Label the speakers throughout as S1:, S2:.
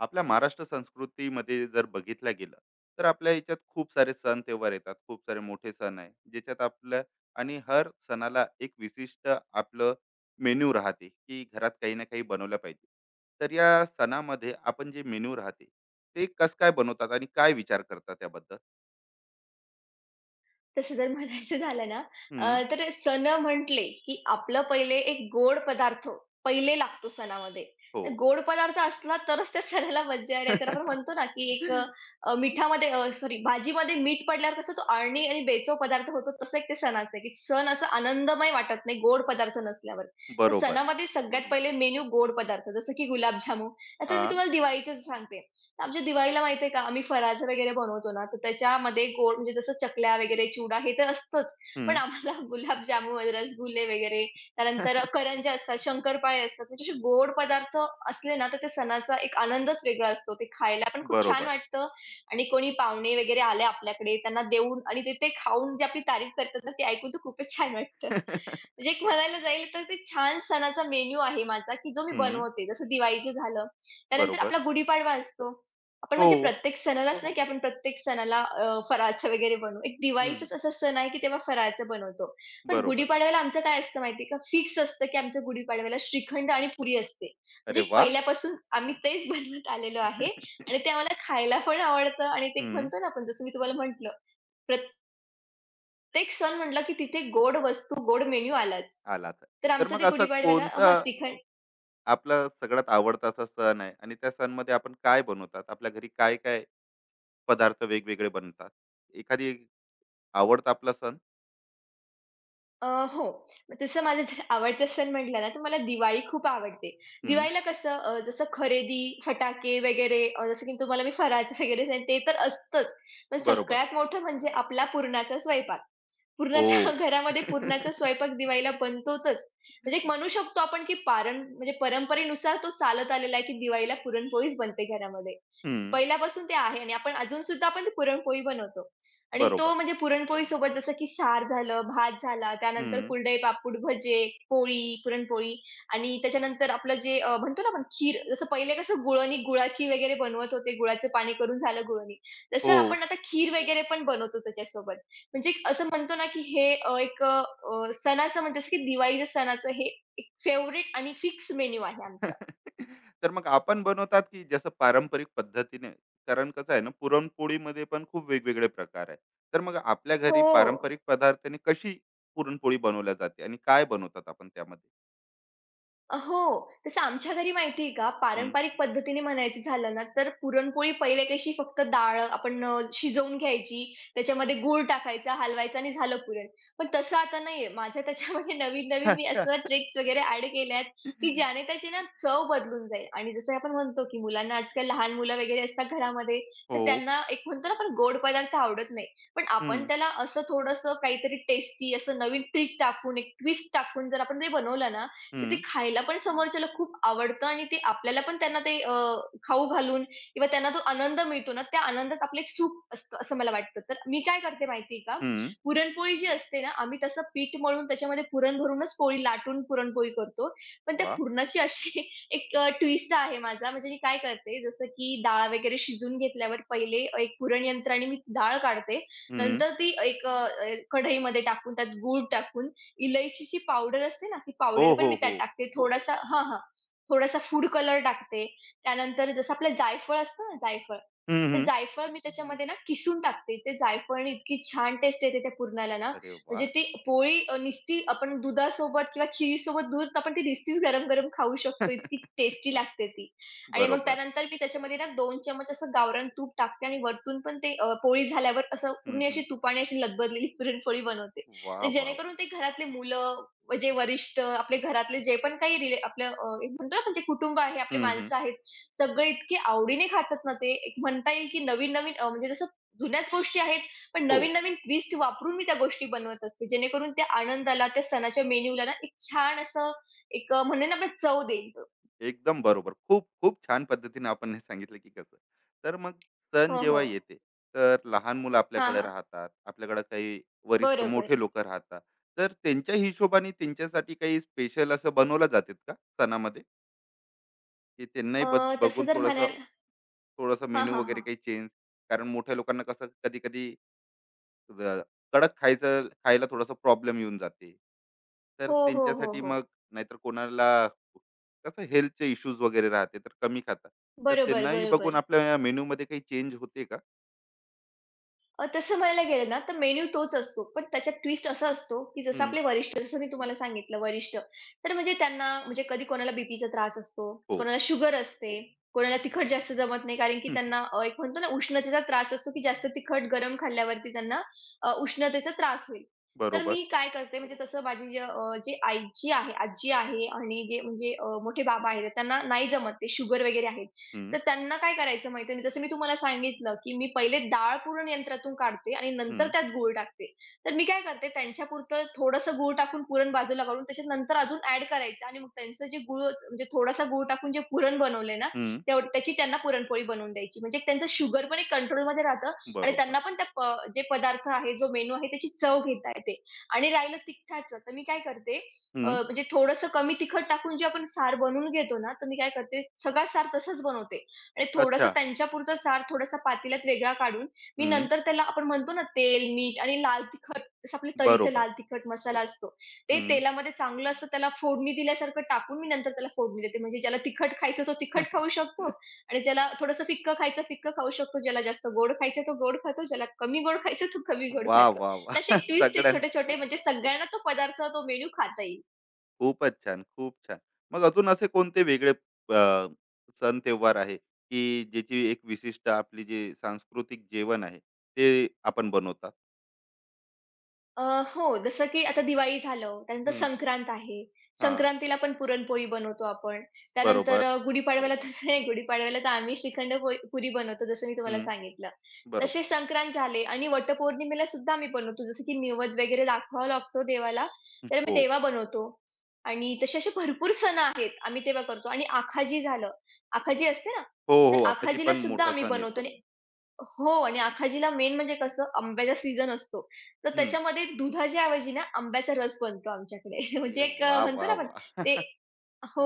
S1: आपल्या महाराष्ट्र संस्कृतीमध्ये जर बघितलं गेलं तर आपल्या याच्यात खूप सारे सण तेव्हार येतात. खूप सारे मोठे सण आहे ज्याच्यात आपलं. आणि हर सणाला एक विशिष्ट आपलं मेन्यू राहते की घरात काही ना काही बनवलं पाहिजे. तर या सणामध्ये आपण जे मेन्यू राहते ते कस काय बनवतात आणि काय विचार करतात त्याबद्दल.
S2: तसं जर म्हणायचं झालं ना
S1: हम्म.
S2: अ, तर सण म्हटले की आपलं पहिले एक गोड पदार्थ पहिले लागतो सणामध्ये.
S1: हो.
S2: तर गोड पदार्थ असला तरच त्या सणाला मज्जा आहे. नाहीतर आपण म्हणतो ना की एक मिठामध्ये सॉरी भाजीमध्ये मीठ पडल्यावर कसं तो आळणी आणि बेचव पदार्थ होतो, तसं एक ते सणाचं आहे की सण असं आनंदमय वाटत नाही गोड पदार्थ नसल्यावर. तर
S1: बरोबर.
S2: सणामध्ये सगळ्यात पहिले मेनू गोड पदार्थ जसं की गुलाबजामुन. आता
S1: हा.
S2: मी तुम्हाला दिवाळीचंच सांगते. आमच्या दिवाळीला माहिती आहे का, आम्ही फराळ वगैरे बनवतो ना, तर त्याच्यामध्ये गोड म्हणजे जसं चकल्या वगैरे, चिवडा हे तर असतंच. पण
S1: हम्म.
S2: आम्हाला गुलाबजामुन, रसगुल्ले वगैरे, त्यानंतर करंज्या असतात, शंकरपाळे असतात. म्हणजे असे गोड पदार्थ असले ना, तर त्या सणाचा एक आनंदच वेगळा असतो. ते खायला पण खूप छान
S1: बरोबर.
S2: वाटतं आणि कोणी पाहुणे वगैरे आले आपल्याकडे, त्यांना देऊन आणि ते ते खाऊन जे आपली तारीफ करतात ना, ते ऐकून तर खूपच छान वाटतं. म्हणजे एक म्हणायला जाईल तर ते छान सणाचा मेनू आहे माझा, की जो मी
S1: हम्म.
S2: बनवते. जसं दिवाळीचं झालं, त्यानंतर आपला
S1: बरोबर.
S2: गुढीपाडवा असतो. आपण
S1: हो.
S2: म्हणजे प्रत्येक सणालाच नाही, की आपण प्रत्येक सणाला फराळाचं वगैरे बनवू. एक
S1: हम्म.
S2: दिवाळीचाच असा सण आहे, की तेव्हा फराळाचं बनवतो. पण
S1: बरोबर.
S2: गुढीपाडव्याला आमचं काय असतं माहिती का? फिक्स असतं, की आमचं गुढीपाडव्याला श्रीखंड आणि पुरी असते. म्हणजे
S1: अरे
S2: एक
S1: वा.
S2: पहिल्यापासून आम्ही तेच बनवत आलेलो आहे आणि ते आम्हाला खायला पण आवडतं आणि ते एक
S1: हं.
S2: म्हणतो ना आपण जसं मी तुम्हाला म्हटलं, प्रत्येक सण म्हटलं, की तिथे गोड वस्तू, गोड मेनू आलाच.
S1: आला तर.
S2: तर
S1: तर
S2: आमचं
S1: मग
S2: ते
S1: असा
S2: गुढीपाडव्याला
S1: कोणता
S2: हां, श्रीखंड
S1: आपला सगळ्यात आवडता असा सण आहे आणि त्या सणमध्ये आपण काय बनवतात? आपल्या घरी काय-काय पदार्थ वेगवेगळे बनतात? एखादी आवडता आपला सण?
S2: अ, हो. जसं माझं जर आवडता सण म्हटला ना, तर मला दिवाळी खूप आवडते.
S1: हं.
S2: दिवाळीला कसं जसं खरेदी, फटाके वगैरे जसं की तुम्हाला मी फराळाचं वगैरे सांगितलं ते तर असतंच. पण
S1: बरोबर.
S2: सगळ्यात मोठं म्हणजे आपला पुरणाचा स्वयंपाक. पुरणाच्या
S1: हो.
S2: घरामध्ये हो. पुरणाचा स्वयंपाक दिवाळीला बनतोच. म्हणजे एक म्हणू शकतो आपण की पारं म्हणजे परंपरेनुसार तो चालत आलेला आहे की दिवाळीला पुरणपोळीच बनते घरामध्ये.
S1: हं.
S2: पहिल्यापासून ते आहे आणि आपण अजूनसुद्धा ती पुरणपोळी बनवतो. आणि तो
S1: बरोबर.
S2: म्हणजे पुरणपोळीसोबत जसं की सार झालं, भात झाला, त्यानंतर
S1: हं.
S2: कुरडई, पापड, भजे, पोळी, पुरणपोळी आणि त्याच्यानंतर आपलं जे म्हणतो ना आपण खीर, जसं पहिले कसं गुळवणी गुळाची वगैरे बनवत होते, गुळाचं पाणी करून झालं गुळवणी. तसं
S1: हो.
S2: आपण आता खीर वगैरे पण बनवतो त्याच्यासोबत. म्हणजे एक असं म्हणतो ना की हे अ, एक अ, अ, सणाचं म्हणजे जसं की दिवाळीच्या सणाचं हे एक फेव्हरेट आणि फिक्स मेनू आहे आमचा.
S1: तर मग आपण बनवतात की जसं पारंपरिक पद्धतीने, कारण कसं आहे ना, पुरणपोळीमध्ये पण खूप वेगवेगळे प्रकार आहे. तर मग आपल्या घरी
S2: हो.
S1: पारंपरिक पदार्थाने कशी पुरणपोळी बनवल्या जाते आणि काय बनवतात आपण त्यामध्ये?
S2: हो. तसं आमच्या घरी माहिती का,
S1: हम्म.
S2: पारंपरिक पद्धतीने म्हणायचं झालं ना, तर पुरणपोळी पहिले कशी फक्त डाळ आपण शिजवून घ्यायची, त्याच्यामध्ये गूळ टाकायचा, हलवायचा आणि झालं पुरण. पण तसं आता नाहीये. माझ्या त्याच्यामध्ये नवीन-नवीन मी
S1: अच्छा.
S2: असं ट्रिक्स वगैरे ॲड केल्या आहेत, की ज्याने त्याची ना चव बदलून जाईल आणि जसं आपण म्हणतो, की मुलांना आजकाल लहान मुलं वगैरे असतात घरामध्ये, तर
S1: हो.
S2: त्यांना एक म्हणतो ना आपण गोड पदार्थ आवडत नाही. पण आपण
S1: हम्म,
S2: त्याला असं थोडंसं काहीतरी टेस्टी असं नवीन ट्रिक टाकून, एक ट्विस्ट टाकून जर आपण ते बनवलं ना, तर ते
S1: हम्म.
S2: खायला पण समोरच्याला खूप आवडतं आणि ते आपल्याला पण त्यांना खाऊ घालून किंवा त्यांना तो आनंद मिळतो ना, त्या आनंदात आपलं एक सुख असतं असं मला वाटतं. तर मी काय करते माहिती आहे का,
S1: हम्म.
S2: पुरणपोळी जी असते ना, आम्ही तसं पीठ मळून त्याच्यामध्ये पुरण भरूनच पोळी लाटून पुरणपोळी करतो. पण त्या
S1: वा.
S2: पुरणाची अशी एक ट्विस्ट आहे माझा. म्हणजे मी काय करते, जसं की डाळ वगैरे शिजवून घेतल्यावर पहिले एक पुरण यंत्राने मी ती डाळ काढते.
S1: हम्म.
S2: नंतर ती एक अ, अ, कढईमध्ये टाकून त्यात गूळ टाकून इलायचीची पावडर असते ना, ती
S1: हो
S2: पावडर पण
S1: हो
S2: मी त्यात
S1: हो.
S2: टाकते. थोडासा हां, हां. थोडासा फूड कलर टाकते. त्यानंतर जसं आपलं जायफळ असतं ना, जायफळ.
S1: हम्म,
S2: तर
S1: हम्म.
S2: जायफळ मी त्याच्यामध्ये ना किसून टाकते. ते जायफळाने इतकी छान टेस्ट येते त्या पुरणाला ना,
S1: अरे
S2: म्हणजे
S1: वा.
S2: ती पोळी नुसती आपण दुधासोबत किंवा खिरीसोबत दूध आपण ती नुसतीच गरम-गरम खाऊ शकतो. इतकी टेस्टी लागते ती. आणि मग
S1: बरोबर.
S2: त्यानंतर मी त्याच्यामध्ये ना 2 चमच असं गावरान तूप टाकते आणि वरतून पण पोळी झाल्यावर असं
S1: हम्म,
S2: पूर्ण अशी
S1: हम्म.
S2: तुपाने अशी लदबदलेली पुरणपोळी बनवते.
S1: वा वा वा.
S2: जेणेकरून ते घरातले मुलं, जे वरिष्ठ, आपले घरातले जे पण काही एक म्हणतो ना आपण जे कुटुंब आहे, आपली
S1: हम्म, हम्म.
S2: माणसं आहेत, सगळे इतके आवडीने खातात ना ते, एक म्हणता येईल की नवीन-नवीन म्हणजे जसं जुन्याच गोष्टी आहेत, पण
S1: हो.
S2: नवीन-नवीन ट्विस्ट वापरून मी त्या गोष्टी बनवत असते. जेणेकरून त्या आनंदाला, त्या सणाच्या मेन्यूला ना एक छान असं म्हणू आपण चव देईल तो.
S1: एकदम बरोबर. खूप खूप छान पद्धतीने आपण हे सांगितलं की कसं. तर मग सण
S2: हो,
S1: जेव्हा
S2: हो.
S1: येते, तर लहान मुलं
S2: हां,
S1: आपल्याकडे
S2: हां.
S1: राहतात. आपल्याकडे काही वरिष्ठ
S2: बरोबर.
S1: मोठे लोकं राहतात. तर त्यांच्या हिशोबाने त्यांच्यासाठी काही स्पेशल असं बनवलं जातात का सणामध्ये? की त्यांनाही
S2: अ,
S1: बद
S2: तसं
S1: बघून
S2: जर
S1: थोडंसं
S2: म्हणायला
S1: थोडंसं
S2: हां,
S1: मेनू
S2: हां,
S1: वगैरे
S2: हां.
S1: काही चेंज? कारण मोठ्या लोकांना कसं कधी कधी ज- कडक खायचं खायला थोडासा प्रॉब्लेम येऊन जाते. तर
S2: हो, हो, हो,
S1: त्यांच्यासाठी
S2: हो.
S1: मग नाहीतर कोणाला कसं हेल्थचे इश्यूज वगैरे राहते तर कमी खातात. तर
S2: बरोबर,
S1: त्यांनाही बघून
S2: बरोबर.
S1: आपल्या मेनू मध्ये काही चेंज होते का?
S2: तसं म्हणायला गेलं ना, तर मेनू तोच असतो. पण त्याच्यात ट्विस्ट असा असतो, की जसं
S1: हम्म.
S2: आपले वरिष्ठ, जसं मी तुम्हाला सांगितलं वरिष्ठ, तर म्हणजे त्यांना म्हणजे कधी कोणाला बीपीचा त्रास असतो,
S1: हो.
S2: कोणाला शुगर असते, कोणाला तिखट जास्त जमत नाही, कारण की
S1: हम्म.
S2: त्यांना एक म्हणतो ना, उष्णतेचा त्रास असतो, की जास्त तिखट गरम खाल्ल्यावरती त्यांना उष्णतेचा त्रास होईल. तर
S1: बरोबर.
S2: मी काय करते, म्हणजे तसं माझी जे जे आईची आहे, आजी आहे आणि जे म्हणजे मोठे बाबा आहेत, त्यांना नाही जमत ते शुगर वगैरे आहे.
S1: हम्म,
S2: तर त्यांना काय करायचं माहिती आहे, जसं मी तुम्हाला सांगितलं, की मी पहिले डाळ पुरण यंत्रातून काढते आणि नंतर
S1: हम्म.
S2: त्यात गूळ टाकते. तर मी काय करते त्यांच्यापुरतं थोडंसं गूळ टाकून पुरण बाजूला काढून त्याच्यात नंतर अजून ॲड करायचं आणि मग त्यांचं जे गूळ म्हणजे थोडासा गूळ टाकून जे पुरण बनवलंय ना,
S1: हम्म.
S2: त्याची त्यांना पुरणपोळी बनवून द्यायची. म्हणजे त्यांचं शुगर पण एक कंट्रोलमध्ये राहतं आणि
S1: बरोबर.
S2: त्यांना पण त्या प जे पदार्थ आहे, जो मेनू आहे त्याची चव घेता येते. आणि राहिलं तिखटाचं, तर मी काय करते
S1: हम्म.
S2: म्हणजे थोडंसं कमी तिखट टाकून जे आपण सार बनवून घेतो ना, तर मी काय करते, सगळा सार तसंच बनवते. आणि थोडंसं
S1: अच्छा.
S2: त्यांच्यापुरतं सार थोडासा पातेल्यात वेगळा काढून, मी
S1: हम्म.
S2: नंतर त्याला आपण म्हणतो ना तेल, मीठ आणि लाल तिखट जसं आपल्या तर्हेचा
S1: बरोबर.
S2: लाल तिखट मसाला असतो. ते
S1: हम्म.
S2: तेलामध्ये चांगलं असं त्याला फोडणी दिल्यासारखं टाकून मी नंतर त्याला फोडणी देते. म्हणजे ज्याला तिखट खायचं तो तिखट खाऊ शकतो आणि ज्याला थोडंसं फिक्कं खायचं फिक्कं खाऊ शकतो. ज्याला जास्त गोड खायचं तो गोड खातो, ज्याला कमी गोड खायचं तो कमी गोड
S1: वा
S2: खातो.
S1: वा वा.
S2: तसे ट्विस्ट आहे
S1: सगळ्यांचं
S2: छोटे-छोटे म्हणजे सगळ्यांना तो पदार्थ, तो मेनू खाता येईल.
S1: खूपच छान, खूप छान. मग अजून असे कोणते वेगळे अ, सण त्योहार आहे, की ज्याची एक विशिष्ट आपली जे सांस्कृतिक जेवण आहे, ते आपण बनवतात?
S2: अ, हो, जसं की आता दिवाळी झालं, त्यानंतर
S1: हं.
S2: संक्रांत आहे.
S1: हां.
S2: संक्रांतीला पण पुरणपोळी बनवतो आपण. त्यानंतर
S1: बरोबर.
S2: गुढीपाडव्याला तर नाही, गुढीपाडव्याला तर आम्ही श्रीखंड पोळी पुरी बनवतो, जसं मी तुम्हाला
S1: हं.
S2: सांगितलं.
S1: बरोबर.
S2: तसे संक्रांत झाले आणि वटपौर्णिमेला सुद्धा आम्ही बनवतो, जसं की नैवेद्य वगैरे दाखवावा लागतो देवाला,
S1: हं.
S2: तर मी
S1: हो.
S2: तेव्हा बनवतो. आणि तसे असे भरपूर सण आहेत, आम्ही तेव्हा करतो. आणि आखाजी झालं, आखाजी असते ना,
S1: हो, हो.
S2: तर
S1: अखजी
S2: आखाजीला
S1: पण
S2: सुद्धा
S1: मोठा
S2: आम्ही
S1: सण येतो.
S2: बनवतो आणि हो आणि आखाजीला मेन म्हणजे कसं आंब्याचा सीजन असतो. तर
S1: हं.
S2: त्याच्यामध्ये दुधाच्या ऐवजी ना आंब्याचा रस बनतो आमच्याकडे.
S1: अरे
S2: म्हणजे
S1: वा,
S2: म्हणतो ना
S1: वा,
S2: आपण
S1: वाह!
S2: ते हो,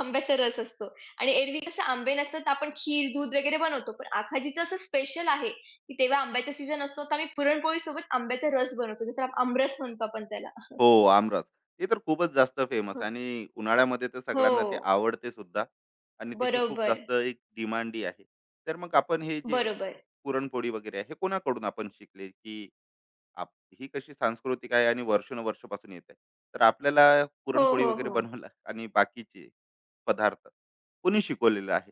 S2: आंब्याचा रस असतो आणि एरवी कसं आंबे नसतात तर आपण खीर, दूध वगैरे बनवतो. पण आखाजीचं असं स्पेशल आहे, की तेव्हा आंब्याचा सीझन असतो तर आम्ही पुरणपोळीसोबत आंब्याचा रस बनवतो. जसं आमरस म्हणतो आपण त्याला.
S1: हो, आमरस. ते तर खूपच जास्त फेमस आणि उन्हाळ्यामध्ये तर
S2: हो,
S1: सगळ्यांना ते आवडते सुद्धा. आणि त्याची खूप
S2: बरोबर,
S1: जास्त एक डिमांडही आहे. तर मग आपण हे जे
S2: बरोबर.
S1: पुरणपोळी वगैरे आहे, हे कोणाकडून आपण शिकले, की आप ही कशी सांस्कृतिक आहे आणि वर्षानुवर्षापासून येत आहे. तर आपल्याला
S2: हो,
S1: पुरणपोळी
S2: हो,
S1: वगैरे
S2: हो.
S1: बनवायला आणि बाकीचे पदार्थ कोणी शिकवलेलं आहे?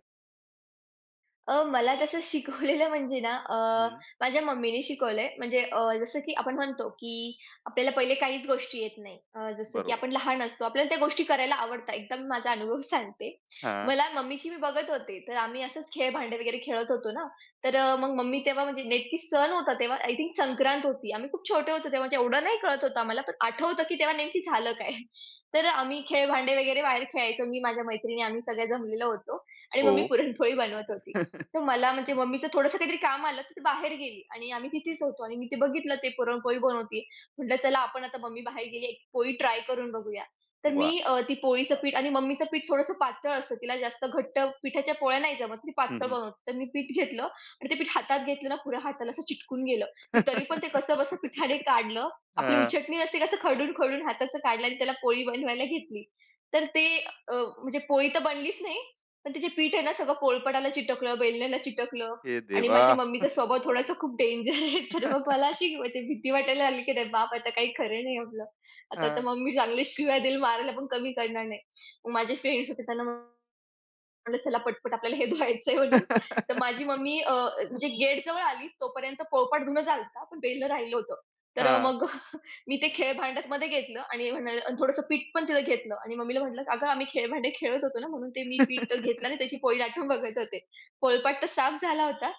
S2: मला तसं शिकवलेलं म्हणजे ना
S1: हं.
S2: माझ्या मम्मीने शिकवलंय. म्हणजे जसं की आपण म्हणतो, की आपल्याला पहिले काहीच गोष्टी येत नाही. जसं की
S1: बरोबर.
S2: आपण लहान असतो, आपल्याला त्या गोष्टी करायला आवडतात. एकदा मी माझा अनुभव सांगते.
S1: हां.
S2: मला मम्मीची मी बघत होते, तर आम्ही असंच खेळ-भांडे वगैरे खेळत होतो ना, तर मग मम्मी तेव्हा म्हणजे नेमकी सण होता तेव्हा आय थिंक संक्रांत होती. आम्ही खूप छोटे होतो तेव्हा, म्हणजे एवढं नाही कळत होतं आम्हाला, पण आठवतं की तेव्हा नेमकी झालं काय? तर आम्ही खेळ-भांडे वगैरे बाहेर खेळायचो. मी, माझ्या मैत्रिणी आम्ही सगळे जमलेलो होतो आणि
S1: हो.
S2: मम्मी पुरणपोळी बनवत होती. तर मला म्हणजे मम्मीचं थोडंसं काहीतरी काम आलं, तर ती बाहेर गेली आणि आम्ही तिथेच होतो आणि मी ते बघितलं ते पुरणपोळी बनवतीये. म्हटलं चला आपण आता मम्मी बाहेर गेली एक पोळी ट्राय करून बघूया. तर मी
S1: वाह!
S2: ती पोळीचं पीठ आणि मम्मीचं पीठ थोडंसं पातळ असतं. तिला जास्त घट्ट पिठाच्या पोळ्या नाही जमत. ती
S1: हं,
S2: पातळ
S1: हं.
S2: बनवते. तर मी पीठ घेतलं आणि ते पीठ हातात घेतलं ना पुऱ्या हाताला असं चिटकून गेलं. मी तरी पण ते कसंबसं पिठाने काढलं. आपली
S1: हां.
S2: उचटणी असते कसं खरडून-खरडून हाताचं काढलं आणि त्याला पोळी बनवायला घेतली. तर ते अ, म्हणजे पोळी तर बनलीच नाही पण त्याचे पीठ आहे ना सगळं पोळपाटाला चिटकलं, वेलण्याला चिटकलं
S1: हे
S2: आणि
S1: देवा!
S2: माझी मम्मीचा स्वभाव थोडासा खूप डेंजर आहे. तर मग मला अशी ते भीती वाटायला लागली, की "अरे बाप! आता काही खरं नाही आपलं. आता तर
S1: हां.
S2: मम्मी चांगल्या शिव्या देईल, मारायला पण कमी करणार नाही." मग माझे फ्रेंड्स होते त्यांना म्हणलं चला पटपट आपल्याला हे धुवायचंय म्हणून. तर माझी मम्मी अ, म्हणजे गेटजवळ आली तोपर्यंत पोळपाट धुणं झालता, पण बेलन राहिलं होतं. तर
S1: हां.
S2: मग मी ते खेळ भांड्यामध्ये घेतलं आणि म्हणाल आणि थोडंसं पीठ पण तिथं घेतलं आणि मम्मीला म्हटलं, "अगं आम्ही खेळ भांडे खेळत होतो ना, म्हणून ते मी पीठ घेतलं आणि त्याची पोळी लाटून बघत होते." पोळपाट तर साफ झाला होता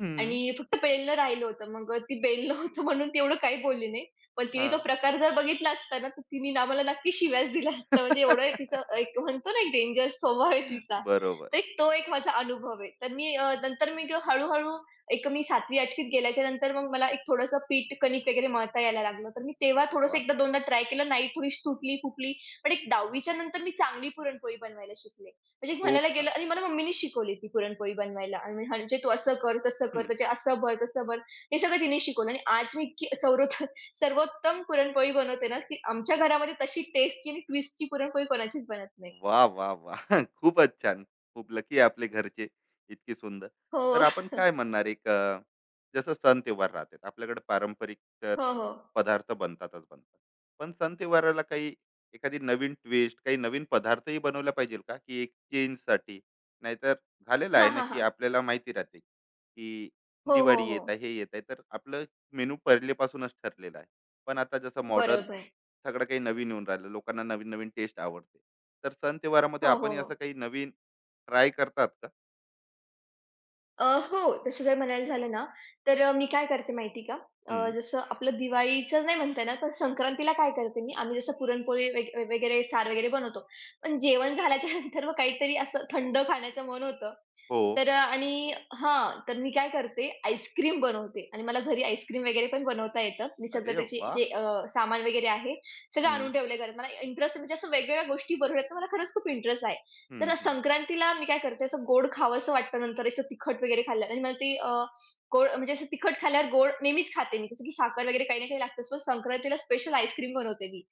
S1: हं.
S2: आणि फक्त बेलनं राहिलं होतं. मग ती बेललं होतं म्हणून ती एवढं काही बोलली नाही. पण तिने तो
S1: हां.
S2: प्रकार जर बघितला असता ना, तर तिने आम्हाला नक्की शिव्याच दिल्या असत्या. म्हणजे एवढं तिचं एक म्हणतो ना, एक डेंजर स्वभाव आहे तिचा.
S1: बरोबर.
S2: तर तो माझा अनुभव आहे. तर मी नंतर मी तो हळू-हळू एक मी 7वी-8वीत गेल्याच्या नंतर मग मला एक थोडंसं पीठ, कणिक वगैरे मळता यायला लागलं. तर मी तेव्हा
S1: अरे
S2: थोडंसं
S1: वाह!
S2: एकदा दोनदा ट्राय केलं. नाही थोडीशी तुटली, फुटली. पण एक 10वीच्या नंतर मी चांगली पुरणपोळी बनवायला शिकले. म्हणजे
S1: खूप
S2: म्हणायला गेलं
S1: छान.
S2: आणि मला मम्मीने शिकवली ती पुरणपोळी बनवायला आणि म्हणजे तू असं कर, तसं कर,
S1: हं.
S2: त्याचे असं भर, तसं भर. हे सगळं तिने शिकवलं आणि आज मी इतकी सर्वोत्तम पुरणपोळी बनवते ना, की आमच्या घरामध्ये तशी टेस्टी आणि ट्विस्टची पुरणपोळी कोणाचीच बनत नाही.
S1: वा, वा, वा. खूपच छान. खूप लकी आपले घरचे, इतकी सुंदर.
S2: हो.
S1: तर आपण काय म्हणणार एक जसं सण-त्योहार राहतात. आपल्याकडे पारंपरिक तर
S2: हो, हो.
S1: पदार्थ बनतातच बनतात. पण सण-त्योहाराला काही एखादी नवीन ट्विस्ट, काही नवीन पदार्थही बनवला पाहिजेल का? की एक चेंजसाठी? नाहीतर झालेलं
S2: हां,
S1: आहे ना,
S2: हां,
S1: की
S2: हां.
S1: आपल्याला माहिती राहते, की
S2: हो, हो,
S1: दिवाळी
S2: हो.
S1: येत आहे, हे येत आहे. तर आपलं मेनू पहिलेपासूनच ठरलेलं आहे. पण आता जसं मॉडर्न
S2: बरोबर.
S1: सगळं काही नवीन येऊन राहिलं, लोकांना नवीन नवीन टेस्ट आवडते. तर सण त्योहारामध्ये
S2: हो, हो,
S1: आपणही असं
S2: हो.
S1: काही नवीन ट्राय करतात का?
S2: अ, हो, तसं जर म्हणायला झालं ना, तर मी काय करते माहिती आहे का?
S1: हम्म.
S2: जसं आपलं दिवाळीचं नाही म्हणता येणार, पण संक्रांतीला काय करते मी, आम्ही जसं पुरणपोळी वेग वगैरे, सार वगैरे बनवतो. पण जेवण झाल्याच्या नंतर मग काहीतरी असं थंड खाण्याचं मन होतं.
S1: हो.
S2: तर अ, आणि हां, तर मी काय करते आईस्क्रीम बनवते आणि मला घरी आईस्क्रीम वगैरे पण बनवता येतं. मी सगळं
S1: अरे
S2: त्याचे
S1: वा.
S2: जे सामान वगैरे आहे, सगळं
S1: हम्म,
S2: आणून ठेवलंय घरात. मला इंटरेस्ट म्हणजे असं वेगवेगळ्या गोष्टी बनवण्यात मला खरंच खूप इंटरेस्ट आहे.
S1: हम्म,
S2: तर
S1: हम्म,
S2: संक्रांतीला मी काय करते, असं गोड खावंसं वाटतं नंतर असं तिखट वगैरे खाल्लं आणि मला ते गोड म्हणजे असं तिखट खाल्ल्यावर गोड नेहमीच खाते मी. जसं की साखर वगैरे काही ना काही लागतंच, पण संक्रांतीला स्पेशल आईस्क्रीम बनवते मी.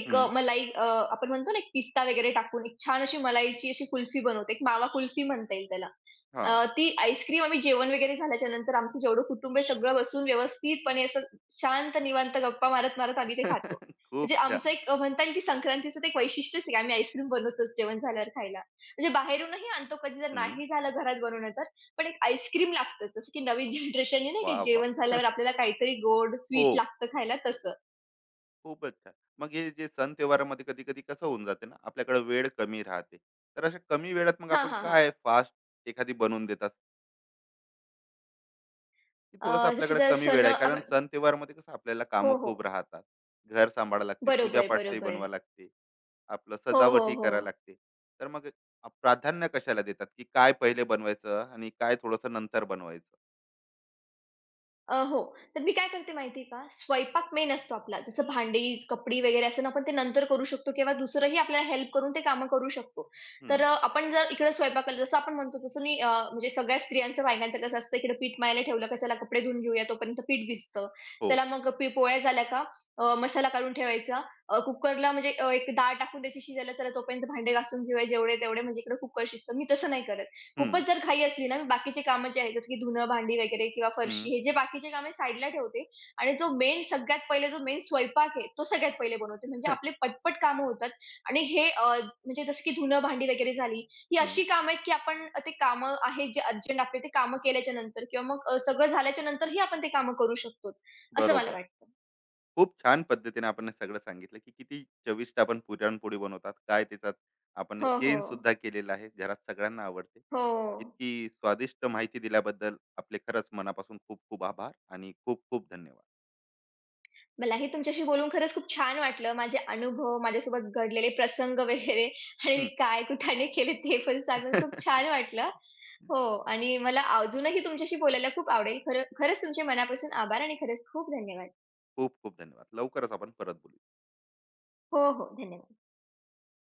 S2: एक अ,
S1: हम्म.
S2: मलाई अ, आपण म्हणतो ना, एक पिस्ता वगैरे टाकून एक छान अशी मलाईची अशी कुल्फी बनवते. एक मावा कुल्फी म्हणता येईल त्याला.
S1: हा.
S2: ती आईस्क्रीम आम्ही जेवण वगैरे झाल्याच्यानंतर आमचं जेवढं कुटुंब आहे सगळं बसून व्यवस्थितपणे असं शांत निवांत गप्पा मारत, मारत आम्ही ते खातो. म्हणजे
S1: खूप छान.
S2: आमचं एक म्हणता येईल की संक्रांतीचं ते एक वैशिष्ट्यच आहे की आम्ही आईस्क्रीम बनवतोच जेवण झाल्यावर खायला. म्हणजे बाहेरूनही आणतो कधी जर
S1: हम्म.
S2: नाही झालं घरात बनवणं तर, पण एक आईस्क्रीम लागतंच. जसं की नवीन जनरेशन आहे नाही
S1: वा
S2: का
S1: वा.
S2: जेवण झाल्यावर आपल्याला काहीतरी गोड,
S1: हो.
S2: स्वीट लागतं खायला तसं.
S1: खूपच छान. मग हे जे सण त्योहारामध्ये कधी कधी कसं होऊन जाते ना, आपल्याकडे वेळ कमी राहते. तर अशा कमी वेळात मग
S2: हां,
S1: आपण
S2: हां, हां.
S1: काय फास्ट एखादी बनवून देतात, की थोडंसं
S2: जसं
S1: आपल्याकडे
S2: जर
S1: कमी
S2: सण
S1: वेळ आहे, कारण
S2: आपण
S1: सण त्योहारमध्ये कसं आपल्याला
S2: हो,
S1: कामं
S2: हो.
S1: खूप राहतात. घर सांभाळा लागते,
S2: बरोबर,
S1: पूजापाठचंही
S2: बरोबर.
S1: बनवा लागते, आपलं
S2: हो, हो,
S1: सजावटही
S2: हो.
S1: करायला लागते. तर मग प्राधान्य कशाला देतात, की काय पहिले बनवायचं आणि काय थोडंसं नंतर बनवायचं?
S2: हो. तर मी काय करते माहिती आहे का, स्वयंपाक मेन असतो आपला. जसं भांडी, कपडी वगैरे असं ना आपण ते नंतर करू शकतो किंवा दुसरंही आपल्याला हेल्प करून ते कामं करू शकतो. तर
S1: हम्म.
S2: आपण जर इकडे स्वयंपाकाला जसं आपण म्हणतो तसं मी म्हणजे सगळ्या स्त्रियांचं, बायकांचं कसं असतं इकडे पीठ मळायला ठेवलं का चला कपडे धुवून घेऊया तोपर्यंत पीठ भिजतं.
S1: हो.
S2: चला मग पोळ्या झाल्या का मसाला काढून ठेवायचा. कुकरला म्हणजे एक डाळ टाकून त्याची शिजायला चला तोपर्यंत भांडे घासून घेऊया जेवढे-तेवढे म्हणजे इकडे कुकर शिजतं. मी तसं नाही करत. खूपच
S1: हम्म,
S2: जर घाई असली ना, मी बाकीचे कामं जे आहेत, जसं की धुणं, भांडी वगैरे किंवा
S1: हम्म.
S2: फरशी हे जे बाकीचे कामं साईडला ठेवते आणि जो मेन स्वयंपाक आहे, तो सगळ्यात पहिले बनवते. म्हणजे आपले पटपट कामं होतात आणि म्हणजे जसं की धुणं, भांडी वगैरे झाली, ही
S1: हम्म.
S2: अशी कामं आहेत, की आपण ते कामं आहेत जे अर्जंट आपले ते कामं केल्याच्या नंतर किंवा मग सगळं झाल्याच्या नंतरही आपण ते कामं करू शकतो, असं मला
S1: बरोबर.
S2: वाटतं.
S1: खूप छान पद्धतीने आपण हे सगळं सांगितलं की किती चविष्ट आपण पुरणपोळी बनवतात, काय त्याच्यात आपण
S2: हो,
S1: चेन
S2: हो.
S1: सुद्धा केलेला आहे, घरात सगळ्यांना आवडते.
S2: हो.
S1: इतकी स्वादिष्ट माहिती दिल्याबद्दल आपले खरंच मनापासून खूप खूप आभार आणि खूप खूप धन्यवाद.
S2: मलाही तुमच्याशी बोलून खरंच खूप छान वाटलं. माझे अनुभव, माझ्यासोबत घडलेले प्रसंग वगैरे आणि मी
S1: हम्म.
S2: काय कुठाने केले ते पण सांगून खूप छान वाटलं. हो. आणि मला अजूनही तुमच्याशी बोलायला खूप आवडेल. खरंच तुमचे मनापासून आभार आणि खरंच खूप धन्यवाद.
S1: खूप खूप धन्यवाद, लवकरच आपण परत बोलू.
S2: हो, हो. धन्यवाद.